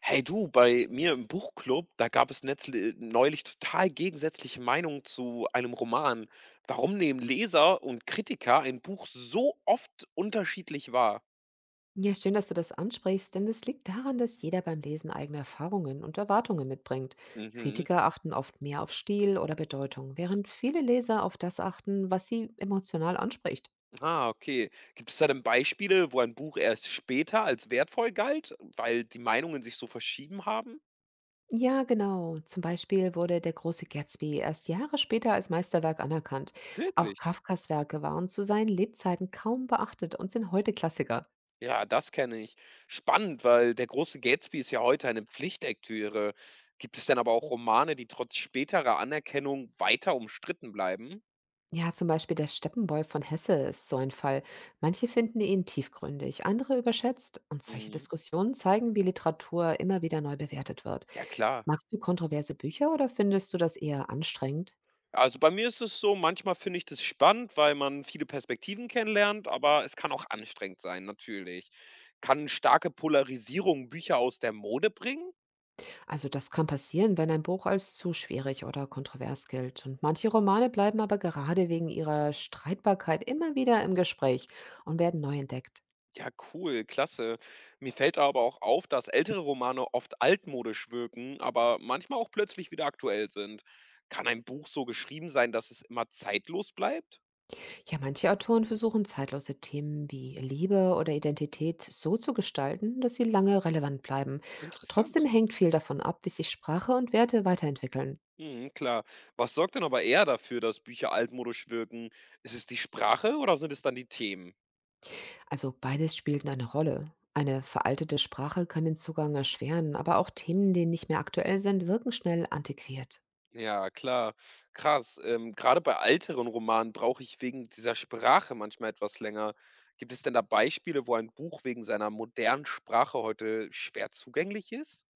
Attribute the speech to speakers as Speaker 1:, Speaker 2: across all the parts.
Speaker 1: Hey du, bei mir im Buchclub, da gab es neulich total gegensätzliche Meinungen zu einem Roman. Warum nehmen Leser und Kritiker ein Buch so oft unterschiedlich wahr?
Speaker 2: Ja, schön, dass du das ansprichst, denn es liegt daran, dass jeder beim Lesen eigene Erfahrungen und Erwartungen mitbringt.
Speaker 1: Mhm.
Speaker 2: Kritiker achten oft mehr auf Stil oder Bedeutung, während viele Leser auf das achten, was sie emotional anspricht.
Speaker 1: Ah, okay. Gibt es da denn Beispiele, wo ein Buch erst später als wertvoll galt, weil die Meinungen sich so verschieben haben?
Speaker 2: Ja, genau. Zum Beispiel wurde der große Gatsby erst Jahre später als Meisterwerk anerkannt. Auch
Speaker 1: Wirklich?
Speaker 2: Kafkas Werke waren zu seinen Lebzeiten kaum beachtet und sind heute Klassiker.
Speaker 1: Ja, das kenne ich. Spannend, weil der große Gatsby ist ja heute eine Pflichtlektüre. Gibt es denn aber auch Romane, die trotz späterer Anerkennung weiter umstritten bleiben?
Speaker 2: Ja, zum Beispiel der Steppenboy von Hesse ist so ein Fall. Manche finden ihn tiefgründig, andere überschätzt. Und solche
Speaker 1: Mhm.
Speaker 2: Diskussionen zeigen, wie Literatur immer wieder neu bewertet wird.
Speaker 1: Ja klar.
Speaker 2: Magst du kontroverse Bücher oder findest du das eher anstrengend?
Speaker 1: Also, bei mir ist es so, manchmal finde ich das spannend, weil man viele Perspektiven kennenlernt, aber es kann auch anstrengend sein, natürlich. Kann starke Polarisierung Bücher aus der Mode bringen?
Speaker 2: Also das kann passieren, wenn ein Buch als zu schwierig oder kontrovers gilt. Und manche Romane bleiben aber gerade wegen ihrer Streitbarkeit immer wieder im Gespräch und werden neu entdeckt.
Speaker 1: Ja, cool, klasse. Mir fällt aber auch auf, dass ältere Romane oft altmodisch wirken, aber manchmal auch plötzlich wieder aktuell sind. Kann ein Buch so geschrieben sein, dass es immer zeitlos bleibt?
Speaker 2: Ja, manche Autoren versuchen zeitlose Themen wie Liebe oder Identität so zu gestalten, dass sie lange relevant bleiben. Trotzdem
Speaker 1: Interessant.
Speaker 2: hängt viel davon ab, wie sich Sprache und Werte weiterentwickeln.
Speaker 1: Mhm, klar. Was sorgt denn aber eher dafür, dass Bücher altmodisch wirken? Ist es die Sprache oder sind es dann die Themen?
Speaker 2: Also beides spielt eine Rolle. Eine veraltete Sprache kann den Zugang erschweren, aber auch Themen, die nicht mehr aktuell sind, wirken schnell antiquiert.
Speaker 1: Ja, klar. Krass. Gerade bei älteren Romanen brauche ich wegen dieser Sprache manchmal etwas länger. Gibt es denn da Beispiele, wo ein Buch wegen seiner modernen Sprache heute schwer zugänglich ist?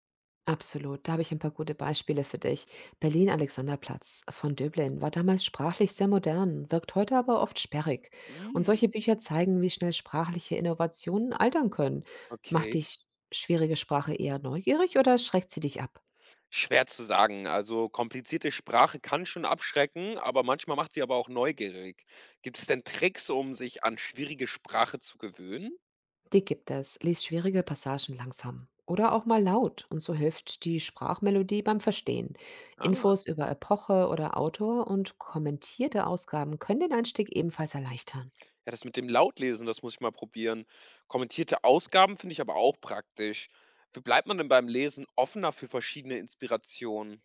Speaker 2: Absolut, da habe ich ein paar gute Beispiele für dich. Berlin Alexanderplatz von Döblin war damals sprachlich sehr modern, wirkt heute aber oft sperrig. Und
Speaker 1: Mhm,
Speaker 2: solche Bücher zeigen, wie schnell sprachliche Innovationen altern können. Macht
Speaker 1: okay.
Speaker 2: dich schwierige Sprache eher neugierig oder schreckt sie dich ab?
Speaker 1: Schwer zu sagen. Also komplizierte Sprache kann schon abschrecken, aber manchmal macht sie aber auch neugierig. Gibt es denn Tricks, um sich an schwierige Sprache zu gewöhnen?
Speaker 2: Die gibt es. Lies schwierige Passagen langsam oder auch mal laut und so hilft die Sprachmelodie beim Verstehen.
Speaker 1: Ah.
Speaker 2: Infos über Epoche oder Autor und kommentierte Ausgaben können den Einstieg ebenfalls erleichtern.
Speaker 1: Ja, das mit dem Lautlesen, das muss ich mal probieren. Kommentierte Ausgaben finde ich aber auch praktisch. Wie bleibt man denn beim Lesen offener für verschiedene Inspirationen?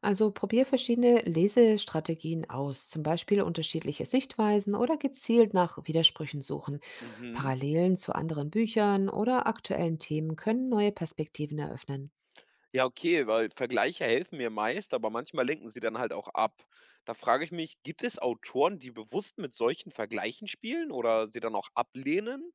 Speaker 2: Also probier verschiedene Lesestrategien aus, zum Beispiel unterschiedliche Sichtweisen oder gezielt nach Widersprüchen suchen.
Speaker 1: Mhm.
Speaker 2: Parallelen zu anderen Büchern oder aktuellen Themen können neue Perspektiven eröffnen.
Speaker 1: Ja, okay, weil Vergleiche helfen mir meist, aber manchmal lenken sie dann halt auch ab. Da frage ich mich, gibt es Autoren, die bewusst mit solchen Vergleichen spielen oder sie dann auch ablehnen?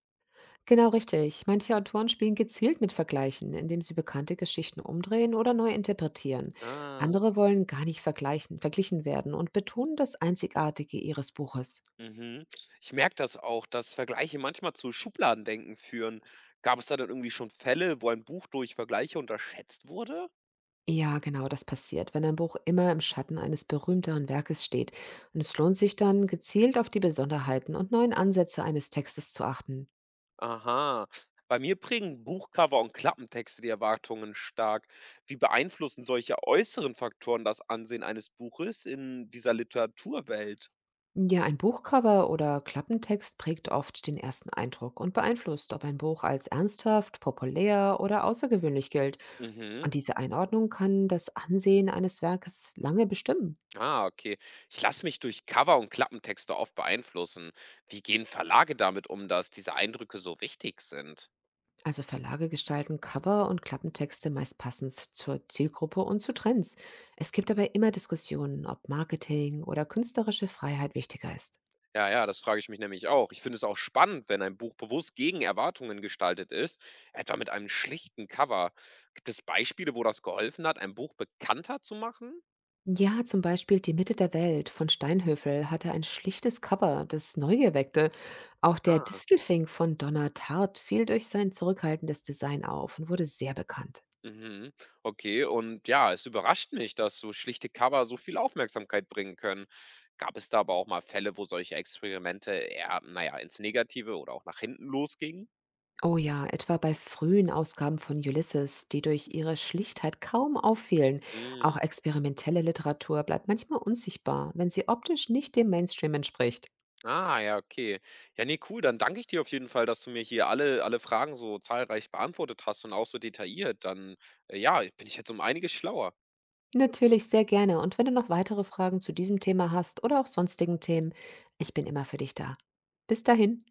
Speaker 2: Genau richtig. Manche Autoren spielen gezielt mit Vergleichen, indem sie bekannte Geschichten umdrehen oder neu interpretieren.
Speaker 1: Ah,
Speaker 2: Andere wollen gar nicht verglichen werden und betonen das Einzigartige ihres Buches.
Speaker 1: mhm. Ich merke das auch, dass Vergleiche manchmal zu Schubladendenken führen. Gab es da dann irgendwie schon Fälle, wo ein Buch durch Vergleiche unterschätzt wurde?
Speaker 2: Ja, genau das passiert, wenn ein Buch immer im Schatten eines berühmteren Werkes steht. Und es lohnt sich dann, gezielt auf die Besonderheiten und neuen Ansätze eines Textes zu achten.
Speaker 1: Aha. Bei mir prägen Buchcover und Klappentexte die Erwartungen stark. Wie beeinflussen solche äußeren Faktoren das Ansehen eines Buches in dieser Literaturwelt?
Speaker 2: Ja, ein Buchcover oder Klappentext prägt oft den ersten Eindruck und beeinflusst, ob ein Buch als ernsthaft, populär oder außergewöhnlich gilt.
Speaker 1: Mhm.
Speaker 2: Und diese Einordnung kann das Ansehen eines Werkes lange bestimmen.
Speaker 1: Ah, okay. Ich lasse mich durch Cover und Klappentexte oft beeinflussen. Wie gehen Verlage damit um, dass diese Eindrücke so wichtig sind?
Speaker 2: Also Verlage gestalten Cover und Klappentexte meist passend zur Zielgruppe und zu Trends. Es gibt aber immer Diskussionen, ob Marketing oder künstlerische Freiheit wichtiger ist.
Speaker 1: Ja, ja, das frage ich mich nämlich auch. Ich finde es auch spannend, wenn ein Buch bewusst gegen Erwartungen gestaltet ist, etwa mit einem schlichten Cover. Gibt es Beispiele, wo das geholfen hat, ein Buch bekannter zu machen?
Speaker 2: Ja, zum Beispiel Die Mitte der Welt von Steinhöfel hatte ein schlichtes Cover, das Neugier weckte. Auch der
Speaker 1: Ah,
Speaker 2: Distelfink von Donner Tart fiel durch sein zurückhaltendes Design auf und wurde sehr bekannt.
Speaker 1: mhm. Okay, und ja, es überrascht mich, dass so schlichte Cover so viel Aufmerksamkeit bringen können. Gab es da aber auch mal Fälle, wo solche Experimente eher, naja, ins Negative oder auch nach hinten losgingen?
Speaker 2: Oh ja, etwa bei frühen Ausgaben von Ulysses, die durch ihre Schlichtheit kaum auffehlen. Auch
Speaker 1: Mm.
Speaker 2: experimentelle Literatur bleibt manchmal unsichtbar, wenn sie optisch nicht dem Mainstream entspricht.
Speaker 1: Ah, ja, okay. Ja, nee, cool. Dann danke ich dir auf jeden Fall, dass du mir hier alle Fragen so zahlreich beantwortet hast und auch so detailliert. Dann, ja, bin ich jetzt um einiges schlauer.
Speaker 2: Natürlich sehr gerne. Und wenn du noch weitere Fragen zu diesem Thema hast oder auch sonstigen Themen, ich bin immer für dich da. Bis dahin.